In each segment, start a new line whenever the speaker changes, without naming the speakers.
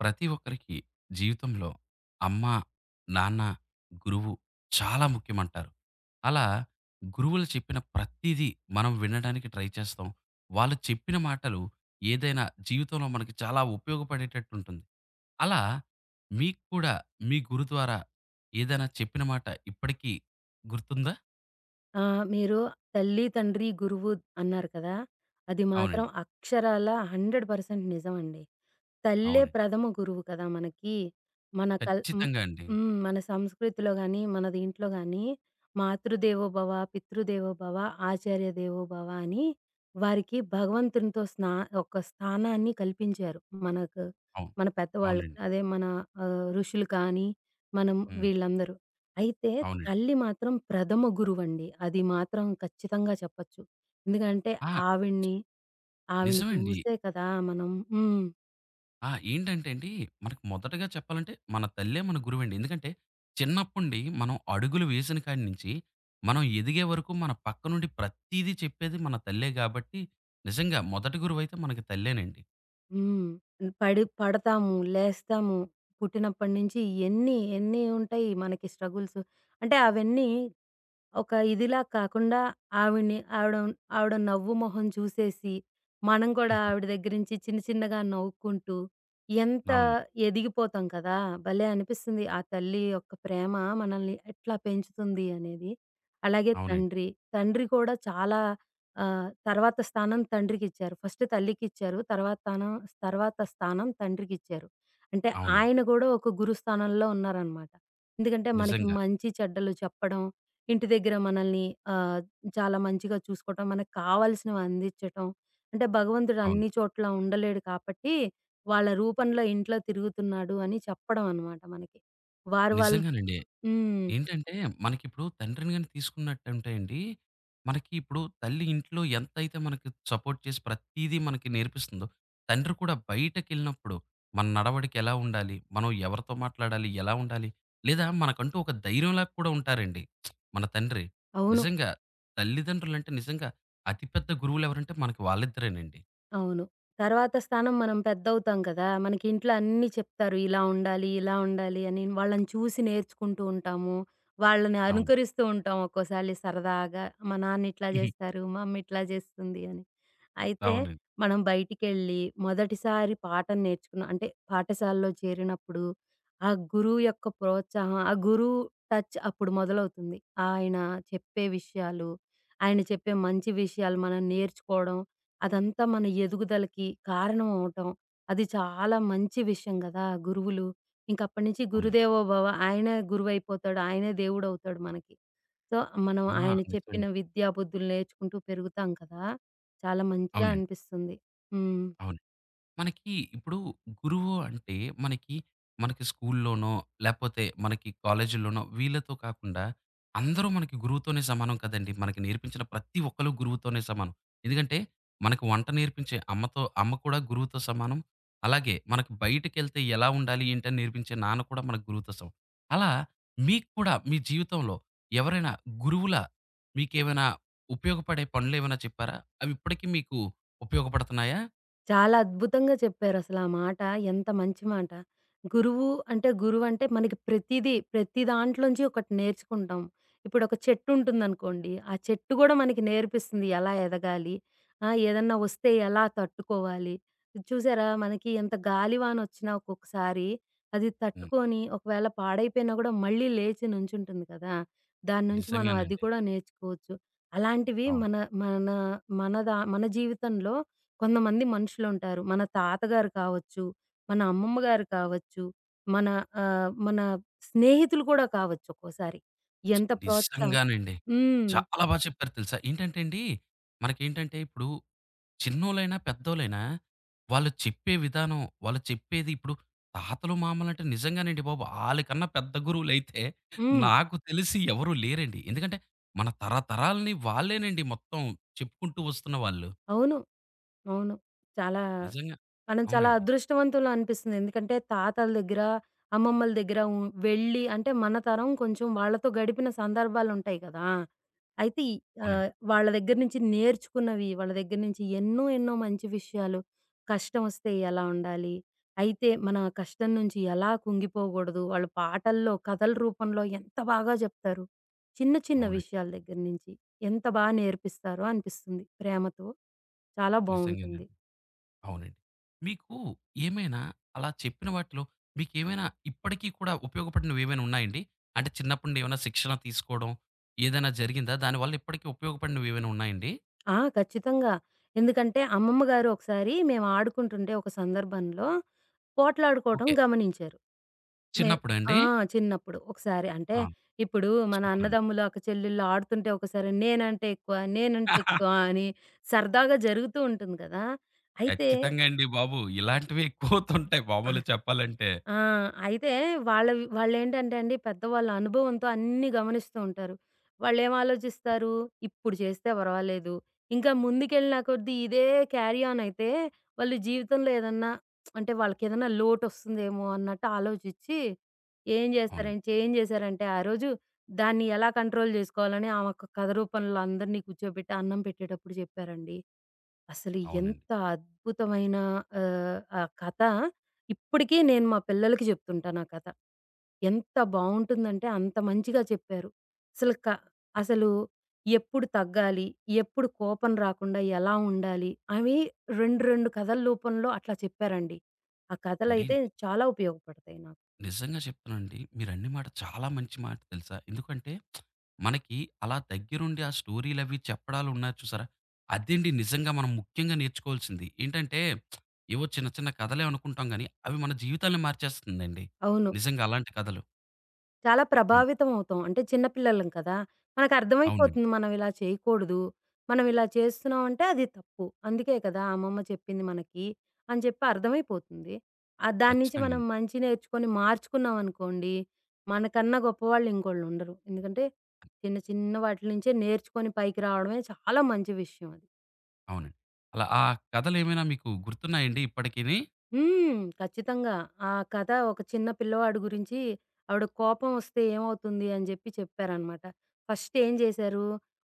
ప్రతి ఒక్కరికి జీవితంలో అమ్మ, నాన్న, గురువు చాలా ముఖ్యమంటారు. అలా గురువులు చెప్పిన ప్రతీదీ మనం వినడానికి ట్రై చేస్తాం. వాళ్ళు చెప్పిన మాటలు ఏదైనా జీవితంలో మనకి చాలా ఉపయోగపడేటట్టు ఉంటుంది. అలా మీకు కూడా మీ గురు ద్వారా ఏదైనా చెప్పిన మాట ఇప్పటికీ గుర్తుందా?
ఆ! మీరు తల్లి, తండ్రి, గురువు అన్నారు కదా! అది మాత్రం
అవునండి.
అక్షరాల 100% నిజమండి. తల్లే
అవునండి.
ప్రథమ గురువు కదా మనకి. మన కల్ హ్మ్.
ఖచ్చితంగా అండి.
హ్మ్. మన సంస్కృతిలో గాని, మన దీంట్లో గాని మాతృదేవోభవ, పితృదేవోభవ, ఆచార్య దేవోభవ అని వారికి భగవంతునితో ఒక స్థానాన్ని కల్పించారు. మనకు
అవును.
మన పెద్దవాళ్ళకి
అవునండి.
అదే మన ఋషులు కానీ, మనం
హ్మ్.
వీళ్ళందరూ. అయితే
అవునండి.
తల్లి మాత్రం ప్రథమ గురువండి. అది మాత్రం ఖచ్చితంగా చెప్పొచ్చు. ఎందుకంటే
ఆ!
ఆవిడని, ఆవిడని
నిజమండి.
చూసే కదా మనం. హ్మ్.
ఆ! ఏంటంటే అండి, మనకు మొదటగా చెప్పాలంటే మన తల్లే మన గురువండి. ఎందుకంటే చిన్నప్పండి మనం అడుగులు వేసిన కాడి నుంచి మనం ఎదిగే వరకు మన పక్క నుండి ప్రతీదీ చెప్పేది మన తల్లే గాబట్టి, నిజంగా మొదటి గురువైతే మనకి తల్లేనండి.
హ్మ్. పడి పడతాము, లేస్తాము. పుట్టినప్పటి నుంచి ఎన్ని ఉంటాయి మనకి స్ట్రగుల్స్. అంటే అవన్నీ ఒక ఇదిలా కాకుండా ఆవిడని ఆవిడ ఆవిడ నవ్వు మొహం చూసేసి, మనం కూడా
హుహు.
ఆవిడ దగ్గర నుంచి చిన్న చిన్నగా నవ్వుకుంటూ ఎంత
అవునండి.
ఎదిగిపోతాం కదా! భలే అనిపిస్తుంది. ఆ తల్లి యొక్క ప్రేమ మనల్ని ఎట్లా పెంచుతుంది అనేది. అలాగే
అవునండి.
తండ్రి, తండ్రి కూడా చాలా తర్వాత స్థానం తండ్రికిచ్చారు. ఫస్ట్ తల్లికిచ్చారు. తర్వాత స్థానం తండ్రికిచ్చారు. అంటే
అవునండి.
ఆయన కూడా ఒక గురు స్థానంలో ఉన్నారనమాట. ఎందుకంటే మనకి
నిజంగా.
మంచి చెడ్డలు చెప్పడం, ఇంటి దగ్గర మనల్ని ఆహ్, చాలా మంచిగా చూసుకోవటం, మనకు కావాల్సినవి అందించటం. అంటే భగవంతుడు
అవును.
అన్ని చోట్ల ఉండలేడు కాబట్టి, వాళ్ళ రూపంలో ఇంట్లో తిరుగుతున్నాడు అని చెప్పడం అనమాట మనకి. వారు వాళ్ళు.
నిజంగానండి.
హ్మ్.
ఏంటంటే, మనకిప్పుడు తండ్రిని గాని తీసుకున్నట్టంటే అండి, మనకి ఇప్పుడు తల్లి ఇంట్లో ఎంతైతే మనకి సపోర్ట్ చేసి ప్రతీదీ మనకి నేర్పిస్తుందో, తండ్రి కూడా బయటకెళ్ళినప్పుడు మన నడవడిక ఎలా ఉండాలి? మనం ఎవరితో మాట్లాడాలి? ఎలా ఉండాలి? లేదా మనకంటూ ఒక ధైర్యంలాగా కూడా ఉంటారండి మన తండ్రి.
అవును.
నిజంగా తల్లిదండ్రులంటే నిజంగా అతి పెద్ద గురువులెవరంటే మనకి వాళ్ళిద్దరేనండి.
అవును. తర్వాత స్థానం మనం పెద్దవుతాం కదా! మనకి ఇంట్లో అన్నీ చెప్తారు. ఇలా ఉండాలి, ఇలా ఉండాలి అని వాళ్ళని చూసి నేర్చుకుంటూ ఉంటాము. వాళ్ళని
అవును.
అనుకరిస్తూ ఉంటాం ఒక్కోసారి సరదాగా. మా నాన్న ఇట్లా
హుహు.
చేస్తారు, మా అమ్మ ఇట్లా చేస్తుంది అని. అయితే
అవునండి.
మనం బయటికెళ్ళి మొదటిసారి పాటను నేర్చుకున్న అంటే పాఠశాలలో చేరినప్పుడు ఆ గురువు యొక్క ప్రోత్సాహం, ఆ గురువు టచ్ అప్పుడు మొదలవుతుంది. ఆయన చెప్పే విషయాలు, ఆయన చెప్పే మంచి విషయాలు మనం నేర్చుకోవడం, అదంతా మన ఎదుగుదలకి కారణం అవటం, అది చాలా మంచి విషయం గదా! గురువులు. ఇంక అప్పటి నుంచి
అవును.
గురుదేవో భవ ఆయనే గురువైపోతాడు. ఆయనే దేవుడవుతాడు మనకి. సో, మనం
ఆ!
ఆయన చెప్పిన
నిజమండి.
విద్యా బుద్ధులు నేర్చుకుంటూ పెరుగుతాం కదా! చాలా మంచిగా
అవునండి.
అనిపిస్తుంది. హ్మ్.
అవును. మనకి ఇప్పుడు గురువు అంటే మనకి, మనకి స్కూల్లోనో, లేపోతే మనకి కాలేజీల్లోనో వీళ్ళతో కాకుండా అందరూ మనకి గురువుతోనే సమానం కదండీ! మనకి నేర్పించిన ప్రతి ఒక్కళ్ళు గురువుతోనే సమానం. ఎందుకంటే మనకు వంట నేర్పించే అమ్మతో అమ్మ కూడా గురువుతో సమానం. అలాగే మనకు బయటికెళ్తే ఎలా ఉండాలి, ఏంటి అని నేర్పించే నాన్న కూడా మనకు గురువుతో సమానం. అలా మీకు కూడా మీ జీవితంలో ఎవరైనా గురువులా మీకేమైనా ఉపయోగపడే పనులేమైనా చెప్పారా? అవి ఇప్పటికి మీకు ఉపయోగపడుతున్నాయా?
చాలా అద్భుతంగా చెప్పారసల ఆ మాట. ఎంత మంచి మాట. గురువు అంటే గురువంటే మనకి ప్రతీదీ, ప్రతి దాంట్లోంచి ఒకటి నేర్చుకుంటాం. ఇప్పుడొక చెట్టుంటుందనుకోండి. ఆ చెట్టు గూడా మనకి నేర్పిస్తుంది ఎలా ఎదగాలి, ఆ! ఏదన్నా వస్తే ఎలా తట్టుకోవాలి. చూసారా మనకి ఎంత గాలివానొచ్చినా ఒక్కొక్కసారి అది తట్టుకొని ఒకవేళ పాడైపోయినా గూడా మళ్ళీ లేచి నుంచుంటుంది కదా! దాని నుంచి మనం అది
నిజంగానండి.
కూడా నేర్చుకోవచ్చు. అలాంటివి
అవును.
మన మన మన జీవితంలో కొంతమంది మనుషులుంటారు. మన తాతగారు కావచ్చు, మన అమ్మమ్మ గారు కావచ్చు, మన మన స్నేహితులు కూడా కావచ్చు ఒక్కోసారి. ఎంత ప్రోత్సాహం.
నిజంగానండి.
హ్మ్.
చాలా బా చెప్పారు తెలుసా! ఏంటంటే అండి, మనకేంటంటే ఇప్పుడు చిన్నోళ్ళైనా, పెద్దోళ్ళైనా వాళ్ళు చెప్పే విధానం, వాళ్ళు చెప్పేది ఇప్పుడు తాతలు, మామలంటే నిజంగానండి బాబు ఆళ్ళకన్నా పెద్ద గురువులైతే
హ్మ్.
నాకు తెలిసి ఎవరు లేరండి. ఎందుకంటే మన తరతరాలని వాళ్ళేనండి మొత్తం చెప్పుకుంటూ వస్తున్న వాళ్ళు.
అవును. అవును. చాలా
నిజంగా.
చాలా
అవునండి.
అదృష్టవంతులం అనిపిస్తుంది. ఎందుకంటే తాతల దగ్గర, అమ్మమ్మల దగ్గర వెళ్ళి అంటే మన తరం కొంచెం వాళ్ళతో గడిపిన సందర్భాలుంటాయి కదా! అయితే ఈ
అవునండి.
వాళ్ళ దగ్గర నుంచి నేర్చుకున్నవి, వాళ్ళ దగ్గర నుంచి ఎన్నో ఎన్నో మంచి విషయాలు, కష్టమొస్తే ఎలా ఉండాలి, అయితే మన కష్టం నుంచి ఎలా కుంగిపోగూడదు, వాళ్ళు పాటల్లో, కథల రూపంలో ఎంత బాగా జెప్తారు. చిన్న చిన్న
అవునండి.
విషయాల దగ్గర నుంచి ఎంత బా నేర్పిస్తారో అనిపిస్తుంది ప్రేమతో. చాలా బావుంటుంది.
నిజంగానండి. అవునండి. మీకు ఏమైనా అలా చెప్పిన వాటిలో మీకేమైనా ఇప్పటికీ కూడా ఉపయోగపడినవేమైనా ఉన్నాయండి? అంటే చిన్నప్పుడు నుండి ఏమైనా శిక్షణ తీసుకోవడం ఏదైనా జరిగిందా? దానివల్ల ఇప్పటికి ఉపయోగపడినవేమైనా ఉన్నాయండి?
ఆ! ఖచ్చితంగా. ఎందుకంటే, అమ్మమ్మ గారు ఒకసారి మేము ఆడుకుంటుంటే ఒక సందర్భంలో పోట్లాడుకోవటం
ఓకే.
గమనించారు. మే
చిన్నప్పుడా
ఆ!
అండి?
చిన్నప్పుడు. ఒకసారి అంటే,
ఆ!
ఇప్పుడు మన
సూపరండి.
అన్నదమ్ములు, అక్క చెల్లెళ్ళు ఆడుతుంటే ఒకసారి నేనంటే ఎక్కువ, నేనంటే ఎక్కువ అని సరదాగా జరుగుతూ ఉంటుంది కదా! అయితే
ఖచ్చితంగా అండి బాబు. ఇలాంటివే ఎక్కువవుతుంటాయి మామూలుగా చెప్పాలంటే.
ఆ! అయితే వాళ్ళవి వాళ్ళేంటంటే అండి పెద్దవాళ్ళ అనుభవంతో అన్నీ గమనిస్తూ ఉంటారు. వాళ్ళేం ఆలోచిస్తారు, ఇప్పుడు చేస్తే పర్వాలేదు, ఇంకా ముందుకెళ్ళిన కొద్దీ ఇదే క్యారీ ఆన్ అయితే వాళ్ళు జీవితంలో ఏదన్నా అంటే వాళ్ళకేదన్నా లోటొస్తుందేమో అన్నట్టు ఆలోచిచ్చి ఏం చేస్తారంటే
అవునండి.
చేం చేశారంటే ఆ రోజు దాన్ని ఎలా కంట్రోల్ చేసుకోవాలని ఆమె ఒక కథ రూపంలో అందరినీ కూర్చోబెట్టి అన్నం పెట్టేటప్పుడు చెప్పారండి. అసలు
అవునండి.
ఎంత అద్భుతమైన ఆ కథ ఇప్పటికీ నేను మా పిల్లలకి చెప్తుంటాను ఆ కథ. ఎంత బావుంటుందంటే అంత మంచిగా చెప్పారు. అసలు క
ఏ,
అసలు ఎప్పుడు తగ్గాలి? ఎప్పుడు కోపం రాకుండా ఎలా ఉండాలి? అవి 2, 2 కథల రూపంలో అట్లా చెప్పారండి. ఆ
అండి
కథలైతే చాలా ఉపయోగపడతాయి నాకు.
నిజంగా చెప్తానండి. మీరన్న మాట చాలా మంచి మాట తెలుసా? ఎందుకంటే, మనకి అలా దగ్గరుండి ఆ స్టోరీలవి చెప్పడాలున్నాయి చూసారా? అదేండి నిజంగా మనం ముఖ్యంగా నేర్చుకోవాల్సింది. ఏంటంటే, ఏవో చిన్న చిన్న కథలే అనుకుంటాం గానీ, అవి మన జీవితాల్ని మార్చేస్తుందండి.
అవును.
నిజంగా అలాంటి కథలు.
చాలా
హ్మ్.
ప్రభావితం అవుతాం. అంటే చిన్న పిల్లలం కదా!
అవునండి.
మనకర్థమైపోతుంది మనం ఇలా చేయకూడదు. మనం ఇలా చేస్తున్నామంటే అది తప్పు. అందుకే కదా! అమ్మమ్మ చెప్పింది మనకి అని చెప్పి అర్థమైపోతుంది. దాని నుంచి
ఖచ్చితంగా
మనం
అండి.
మంచి నేర్చుకొని మార్చుకున్నామనుకోండి, మనకన్నా గొప్పవాళ్ళు ఇంకోళ్ళుండరు. ఎందుకంటే చిన్న చిన్న వాటిల నుంచే నేర్చుకొని పైకి రావడమే చాలా మంచి విషయం అది.
అవునండి. అలా ఆ కథలేమైనా మీకు గుర్తున్నాయండి ఇప్పటికిని?
ఖచ్చితంగా. ఆ కథ ఒక చిన్న పిల్లవాడు గురించి ఆవిడ కోపం వస్తే ఏమవుతుంది అని జెప్పి చెప్పారనమాట. ఫస్ట్ ఏం జేశారు,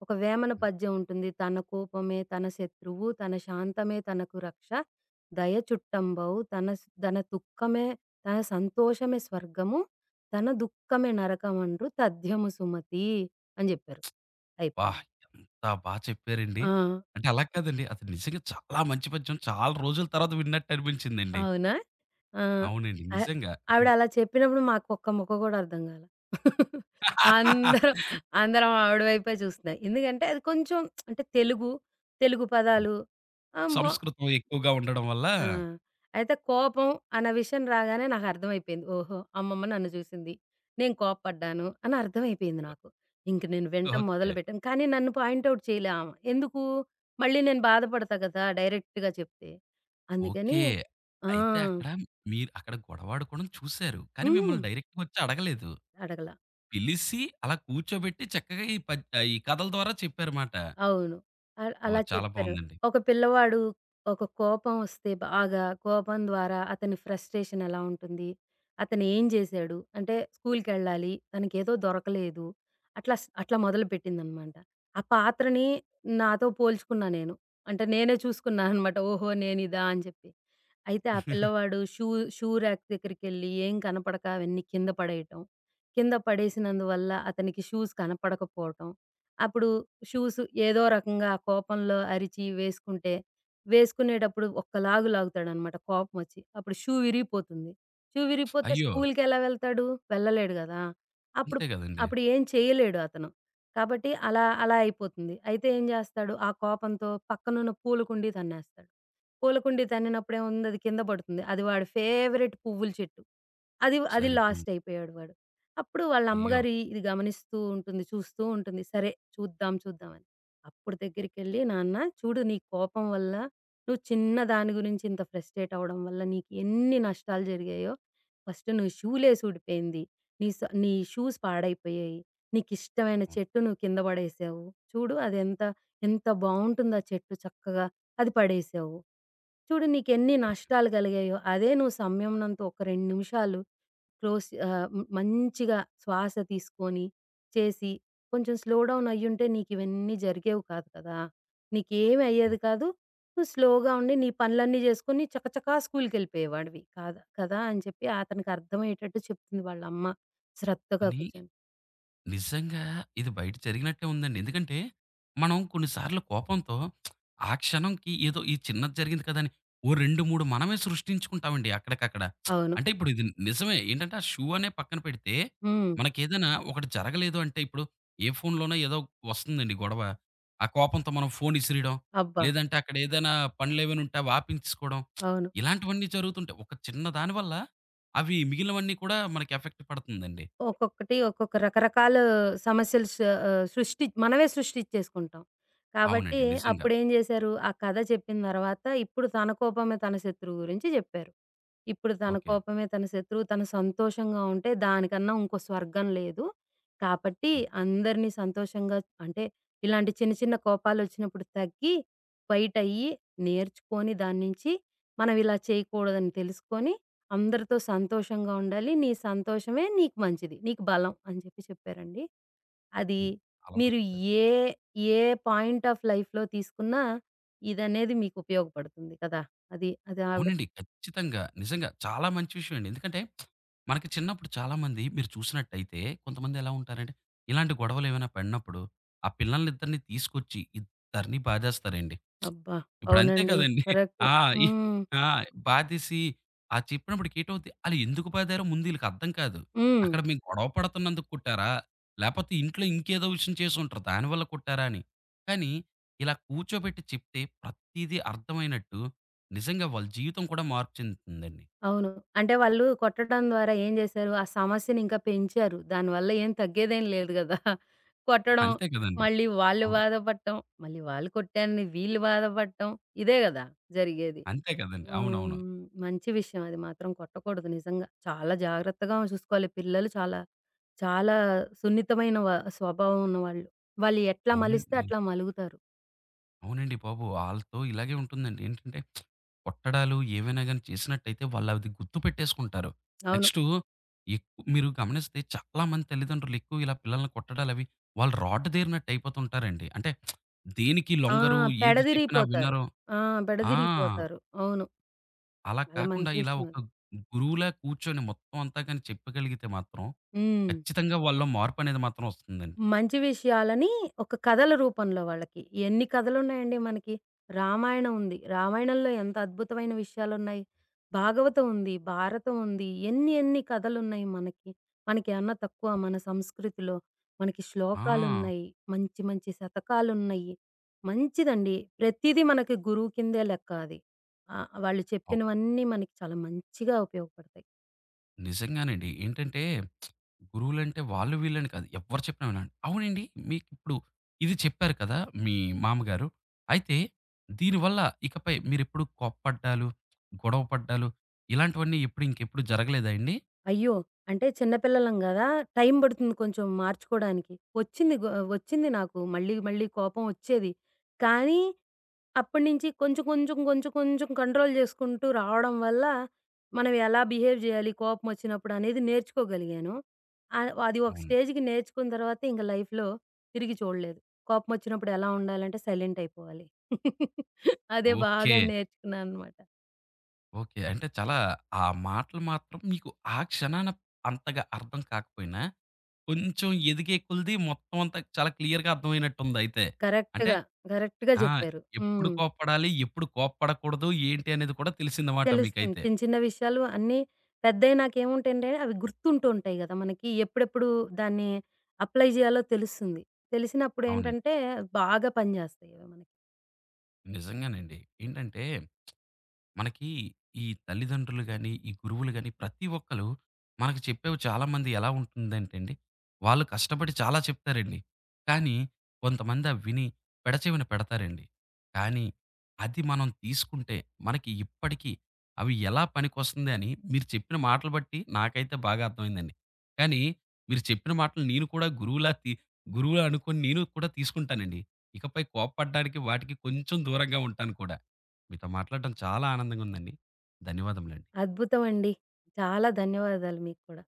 ఒక వేమన పద్యం ఉంటుంది. తన కోపమే తన శత్రువు, తన శాంతమే తనకు రక్ష, దయ చుట్టంబవు తన దుఃఖమే తన సంతోషమే స్వర్గము, తన దుఃఖమే నరకమండ్రు తథ్యము సుమతీ అని జెప్పారు.
అబ్బా!
అయిపోయింది.
ఎంత బా చెప్పారండి.
ఆ!
అంటే అలా కాదండి. అది నిజంగా చాలా మంచి పద్యం. చాలా రోజుల తర్వాత విన్నట్టు అనిపించిందండి.
అవునా? ఆ!
అవునండి.
అ
నిజంగా. హ్మ్.
ఆవిడలా చెప్పినప్పుడు మాకొక్క ముక్క గూడా అర్థం గాలా. అందరం, అందరం ఆవిడ వైపే చూస్తున్నాం. ఎందుకంటే, అది కొంచెం అంటే తెలుగు
అవును.
పదాలు బా
సంస్కృతం ఎక్కువగా ఉండడం వల్ల
ఆ! అయితే కోపం అన్న విషయం రాగానే నాకర్థమైపోయింది. ఓహో! అమ్మమ్మ నన్ను చూసింది. నేను కోప్పడ్డాను అని అర్థమైపోయింది నాకు. ఇంక నేను వినటం
ఓకే.
మొదలుపెట్టాను. కానీ నన్ను పాయింట్ ఔట్ చేయలే ఆమ. ఎందుకు? మళ్ళీ నేను బాధపడతా గదా! డైరెక్ట్‌గా చెప్తే. అందుకని
ఓకే.
ఆ!
అయితే అక్కడ మీరు అక్కడ గొడవాడుకోవడం చూసారు. కానీ
హ్మ్.
మిమ్మల్ని డైరెక్ట్‌గా వచ్చి అడగలేదు.
అడగల.
పిలిసి అలా కూర్చోబెట్టి చక్కగా ఈ పద్ ఆహ్, ఈ కథల ద్వారా చెప్పారమాట.
అవును. అలా
ఓహ్! చాలా
చెప్పారు.
బావుందండి.
ఒక పిల్లవాడు ఒక కోపం వస్తే బాగా కోపం ద్వారా అతని ఫ్రస్ట్రేషన్ ఎలా ఉంటుంది? అతను ఏం చేశాడు? అంటే స్కూల్‌కెళ్ళాలి. తనకేదో దొరకలేదు. అట్లా మొదలుపెట్టిందనమాట. ఆ పాత్రని నాతో పోల్చుకున్నా నేను. అంటే నేనే చూసుకున్నా అనమాట. ఓహో! నేనిదా అని చెప్పి. అయితే ఆ పిల్లవాడు షూ షూ ర్యాక్ దగ్గరికెళ్ళి ఏం కనపడక అవన్నీ కింద పడేయటం. కింద పడేసినందువల్ల అతనికి షూస్ కనపడకపోవటం. అప్పుడు షూస్ ఏదో రకంగా ఆ కోపంలో అరిచి వేసుకుంటే, వేసుకునేటప్పుడు ఒక్క లాగు లాగుతాడనమాట కోపమొచ్చి. అప్పుడు షూ విరిగిపోతుంది. షూ విరిగిపోతే
అయ్యో!
స్కూలుకెలా వెళ్తాడు? వెళ్ళలేడు గదా! అప్పుడు
అంతే గదండీ.
అప్పుడు ఏం చేయలేడు అతను. కాబట్టి అలా అలా అయిపోతుంది. అయితే ఏం జేస్తాడు? ఆ కోపంతో పక్కనున్న పూల కుండీ తన్నేస్తాడు. పూలకుండీ తన్నినప్పుడు ఏముంది అది కింద పడుతుంది. అది వాడి ఫేవరెట్ పువ్వుల చెట్టు. అది అది లాస్ట్
సరిపోయింది.
అయిపోయాడు వాడు. అప్పుడు వాళ్ళ
అయ్యో!
అమ్మగారు ఇది గమనిస్తూ ఉంటుంది. చూస్తూ ఉంటుంది. సరే చూద్దాం చూద్దాం అని. అప్పుడు దగ్గరికెళ్ళి నాన్న చూడు నీ కోపం వల్ల నువ్వు చిన్న దాని గురించి ఇంత ఫ్రస్ట్రేట్ అవ్వడం వల్ల నీకు ఎన్ని నష్టాలు జరిగాయో, ఫస్ట్ నువ్వు షూ లేస్ ఊడిపోయింది. నీ షూస్ పాడైపోయాయి. నీకిష్టమైన
అవును.
చెట్టు నువ్వు కింద పడేసావు. చూడు అదెంత ఎంత బావుంటుందో ఆ చెట్టు చక్కగా అది పడేసావు. చూడు నీకెన్ని
అయ్
నష్టాలు కలిగాయో, అదే నువ్వు సంయమనంతో ఒక 2 నిమిషాలు మంచిగా శ్వాస తీసుకొని, చేసి కొంచెం స్లో డౌన్ అయ్యుంటే నీకివన్నీ జరిగేవి కాదు కదా! నీకేమి
అవును.
అయ్యేది కాదు. నువ్వు స్లోగా ఉండి నీ పనులన్నీ చేసుకొని చకచకా స్కూల్‌కెళ్ళిపోయేవాడివి కాదా కదా! అని చెప్పి అతనికి అర్థమయ్యేటట్టు చెప్తుంది వాళ్ళమ్మ శ్రద్ధగా
కానీ
కూర్చొని.
నిజంగా ఇది బయట జరిగినట్టే ఉందండి. ఎందుకంటే, మనం కొన్నిసార్లు కోపంతో ఆ క్షణంకి ఏదో ఈ చిన్నది జరిగింది కదా! అని ఓ 2, 3 మనమే సృష్టించుకుంటామండి అక్కడికక్కడ.
అవును.
అంటే ఇప్పుడు ఇది నిజమే. ఏంటంటే, ఆ షూ అనే పక్కన పెడితే,
హ్మ్.
మనకేదైనా ఒకటి జరగలేదు అంటే ఇప్పుడు ఏ ఫోన్‌లోనో ఏదో వస్తుందండి గొడవ. ఆ కోపంతో మనం ఫోన్ ఇసిరేయడం,
అబ్బా!
లేదంటే అక్కడ ఏదైనా పనులేమైనా ఉంటే అవి ఆపించేసుకోవడం.
అవును.
ఇలాంటివన్నీ జరుగుతుంటాయి. ఒక చిన్న దాని వల్ల అవి మిగిలినవన్నీ కూడా మనకి ఎఫెక్ట్ పడుతుందండి.
ఒక్కొక్కటి ఒక్కొక్క రకరకాల సమస్యలు స ఆహ్, సృష్టి మనమే సృష్టిచ్చేసుకుంటాం. కాబట్టి
అవునండి. నిజంగా.
అప్పుడేం జేశారు, ఆ కథ చెప్పిన తర్వాత ఇప్పుడు తన కోపమే తన శత్రువు గురించి జెప్పారు. ఇప్పుడు తన
ఓకే.
కోపమే తన శత్రువు. తను సంతోషంగా ఉంటే దానికన్నా ఇంకో స్వర్గం లేదు. కాబట్టి
ఓకే.
అందరినీ సంతోషంగా అంటే ఇలాంటి చిన్న చిన్న కోపాలొచ్చినప్పుడు తగ్గి ఫైటయ్యి నేర్చుకొని దాన్నించి మనం ఇలా చేయకూడదని తెలుసుకొని అందరితో సంతోషంగా ఉండాలి. నీ సంతోషమే నీకు మంచిది. నీకు బలం అని చెప్పి చెప్పారండి. అది
హ్మ్. చాలా బా
మీరు
చెప్పారు.
ఏ, ఏ పాయింట్ ఆఫ్ లైఫ్‌లో తీసుకున్నా ఇదనేది మీకు ఉపయోగపడుతుంది కదా! అది ఆవిడ
అవునండి. ఖచ్చితంగా. నిజంగా చాలా మంచి విషయం అండి. ఎందుకంటే మనకి చిన్నప్పుడు చాలామంది మీరు చూసినట్టయితే కొంతమంది ఎలా ఉంటారంటే, ఇలాంటి గొడవలేమైనా పడినప్పుడు ఆ పిల్లల్నిద్దరిని తీసుకొచ్చి ఇద్దరిని బాధేస్తారండి.
అబ్బా!
ఇప్పుడంతే
అవునండి.
కదండీ.
కరెక్ట్.
ఆ! ఈ
హ్మ్.
ఆ! బాధేసి అది చెప్పినప్పటికి ఏటవుద్ది, ఆళ్ళు ఎందుకు బాధారో ముందు ఈళ్ళకి అర్థం కాదు.
హ్మ్.
అక్కడ మేము గొడవ పడుతున్నందుకు కొట్టారా? లేపోతే ఇంట్లో ఇంకేదో విషయం చేసుంటారు దానివల్ల కొట్టారా అని. కానీ ఇలా కూర్చోబెట్టి చెప్తే ప్రతీదీ అర్థమైనట్టు నిజంగా వాళ్ళ జీవితం కూడా మార్పు చెందుతుందండి.
అవును. అంటే వాళ్ళు కొట్టడం ద్వారా ఏం చేశారు? ఆ సమస్యని ఇంకా పెంచారు. దానివల్ల ఏం తగ్గేదేం లేదు కదా! కొట్టడం,
అంతే కదండీ.
మళ్ళీ వాళ్ళు
అవును.
బాధపడటం, మళ్ళీ వాళ్ళు కొట్టారని వీళ్ళు బాధపడటం ఇదే కదా జరిగేది.
అంతే కదండీ. అవునవును.
హ్మ్. మంచి విషయం అది మాత్రం కొట్టకూడదు నిజంగా. చాలా జాగ్రత్తగా చూసుకోవాలి. పిల్లలు చాలా, చాలా సున్నితమైన స్వభావం ఉన్నవాళ్ళు. వాళ్ళు వాళ్ళు ఎట్లా మలిస్తే
అవునండి.
అట్లా మలుగుతారు.
అవునండి బాబు. ఆళ్ళతో ఇలాగే ఉంటుందండి. ఏంటంటే కొట్టడాలు ఏవైనా గాని చేసినట్టయితే వాళ్ళది గుర్తుపెట్టేసుకుంటారు.
అవును.
నెక్స్టు ఎక్కు మీరు గమనిస్తే చాలామంది తల్లిదండ్రులు ఎక్కువ ఇలా పిల్లల్ని కొట్టడాలవి వాళ్ళు రాడ్ దేరినట్టు అయిపోతుంటారండి. అంటే దేనికి
ఆ!
లొంగరు. ఏది చెప్పినా
పెడదిరిగిపోతారు.
వినరు.
ఆ!
ఆ!
పెడదిరిగిపోతారు. అవును.
అలా
చాలా
కాకుండా
మంచి
ఇలా
విషయం అది.
ఒక గురువులా కూర్చొని మొత్తం అంతా గాని చెప్పగలిగితే మాత్రం
హ్మ్.
ఖచ్చితంగా వాళ్ళలో మార్పనేది మాత్రం వస్తుందండి.
మంచి విషయాలని ఒక కథల రూపంలో వాళ్ళకి. ఎన్ని కథలున్నాయండి మనకి. రామాయణం ఉంది. రామాయణంలో ఎంత అద్భుతమైన విషయాలున్నాయి. భాగవతం ఉంది. భారతం ఉంది. ఎన్ని ఎన్ని కథలున్నాయి మనకి. మనకేమన్నా తక్కువ మన సంస్కృతిలో. మనకి
ఆ!
శ్లోకాలున్నాయి. మంచి మంచి శతకాలున్నాయి. మంచిదండి. ప్రతీదీ మనకి గురువు కిందే లెక్క అది. వాళ్ళు
అవ్
చెప్పినవన్నీ మనకి చాలా మంచిగా ఉపయోగపడతాయి.
నిజంగానండి. ఏంటంటే గురువులంటే వాళ్ళు వీళ్ళని కాదు. ఎవ్వరు చెప్పినా వినండి. అవునండి మీకిప్పుడు ఇది చెప్పారు కదా! మీ మామగారు. అయితే దీనివల్ల ఇకపై మీరెప్పుడు కోప్పడ్డాలు, గొడవ పడ్డాలు ఇలాంటివన్నీ ఇంకెప్పుడు జరగలేదా అండి?
అయ్యో! అంటే చిన్న పిల్లలం గదా! టైం పడుతుంది కొంచెం మార్చుకోడానికి. వచ్చింది గొ వచ్చింది నాకు మళ్ళీ, మళ్ళీ కోపం వచ్చేది. కానీ అప్పటినుంచి కొంచెం, కొంచెం, కొంచెం, కొంచెం కంట్రోల్ చేసుకుంటూ రావడం వల్ల మనం ఎలా బిహేవ్ జేయాలి కోపం వచ్చినప్పుడు అనేది నేర్చుకోగలిగాను. ఆహ్, అది ఒక
అవును.
స్టేజ్‌కి నేర్చుకున్న తర్వాత ఇంక లైఫ్‌లో తిరిగి చూడలేదు. కోపం వచ్చినప్పుడు ఎలా ఉండాలంటే సైలెంట్ అయిపోవాలి. అదే
ఓకే.
బాగా నేర్చుకున్నాననమాట.
ఓకే. అంటే చాలా ఆ మాటలు మాత్రం మీకు ఆ క్షణాన అంతగా అర్థం కాకపోయినా కొంచెం ఎదిగే కొలిది మొత్తం అంతా చాలా క్లియర్‌గా అర్థమైనట్టుందయితే. అంటే
కరెక్ట్‌గా, కరెక్ట్‌గా
ఆ!
జెప్పారు.
ఎప్పుడు
హ్మ్.
కోప్పడాలి? ఎప్పుడు కోప్పడకూడదు? ఏంటి అనేది కూడా తెలిసిందమాట
తెలుస్తుంది.
మీకైతే.
చిన్న చిన్న విషయాలు అన్నీ పెద్దయినాకేముంటాయంటే అవి గుర్తుంటూ ఉంటాయి గదా! మనకి ఎప్పుడెప్పుడు దాన్ని అప్లై జేయాలో తెలుస్తుంది.
అవునండి.
తెలిసినప్పుడేంటంటే బాగా పనిజేస్తాయి అవి మనకి.
నిజంగానండి. ఏంటంటే మనకి ఈ తల్లిదండ్రులు గాని, ఈ గురువులు గాని ప్రతి ఒక్కళ్ళు మనకు చెప్పేవి చాలామంది ఎలా ఉంటుందంటే అండి, వాళ్ళు కష్టపడి చాలా చెప్తారండి. కానీ కొంతమంది అవి విని పెడచెవిన పెడతారండి. కానీ అది మనం తీసుకుంటే మనకి ఇప్పటికీ అవి ఎలా పనికొస్తుంది అని మీరు చెప్పిన మాటలు బట్టి నాకైతే బాగా అర్థమైందండి. కానీ మీరు చెప్పిన మాటలు నేను కూడా గురువులా అనుకోని నేను కూడా తీసుకుంటానండి. ఇకపై కోప్పడ్డానికి వాటికి కొంచెం దూరంగా ఉంటాను కూడా. మీతో మాట్లాడడం చాలా ఆనందంగా ఉందండి. ధన్యవాదములండి.
అద్భుతమండి. చాలా ధన్యవాదాలు మీకు కూడా.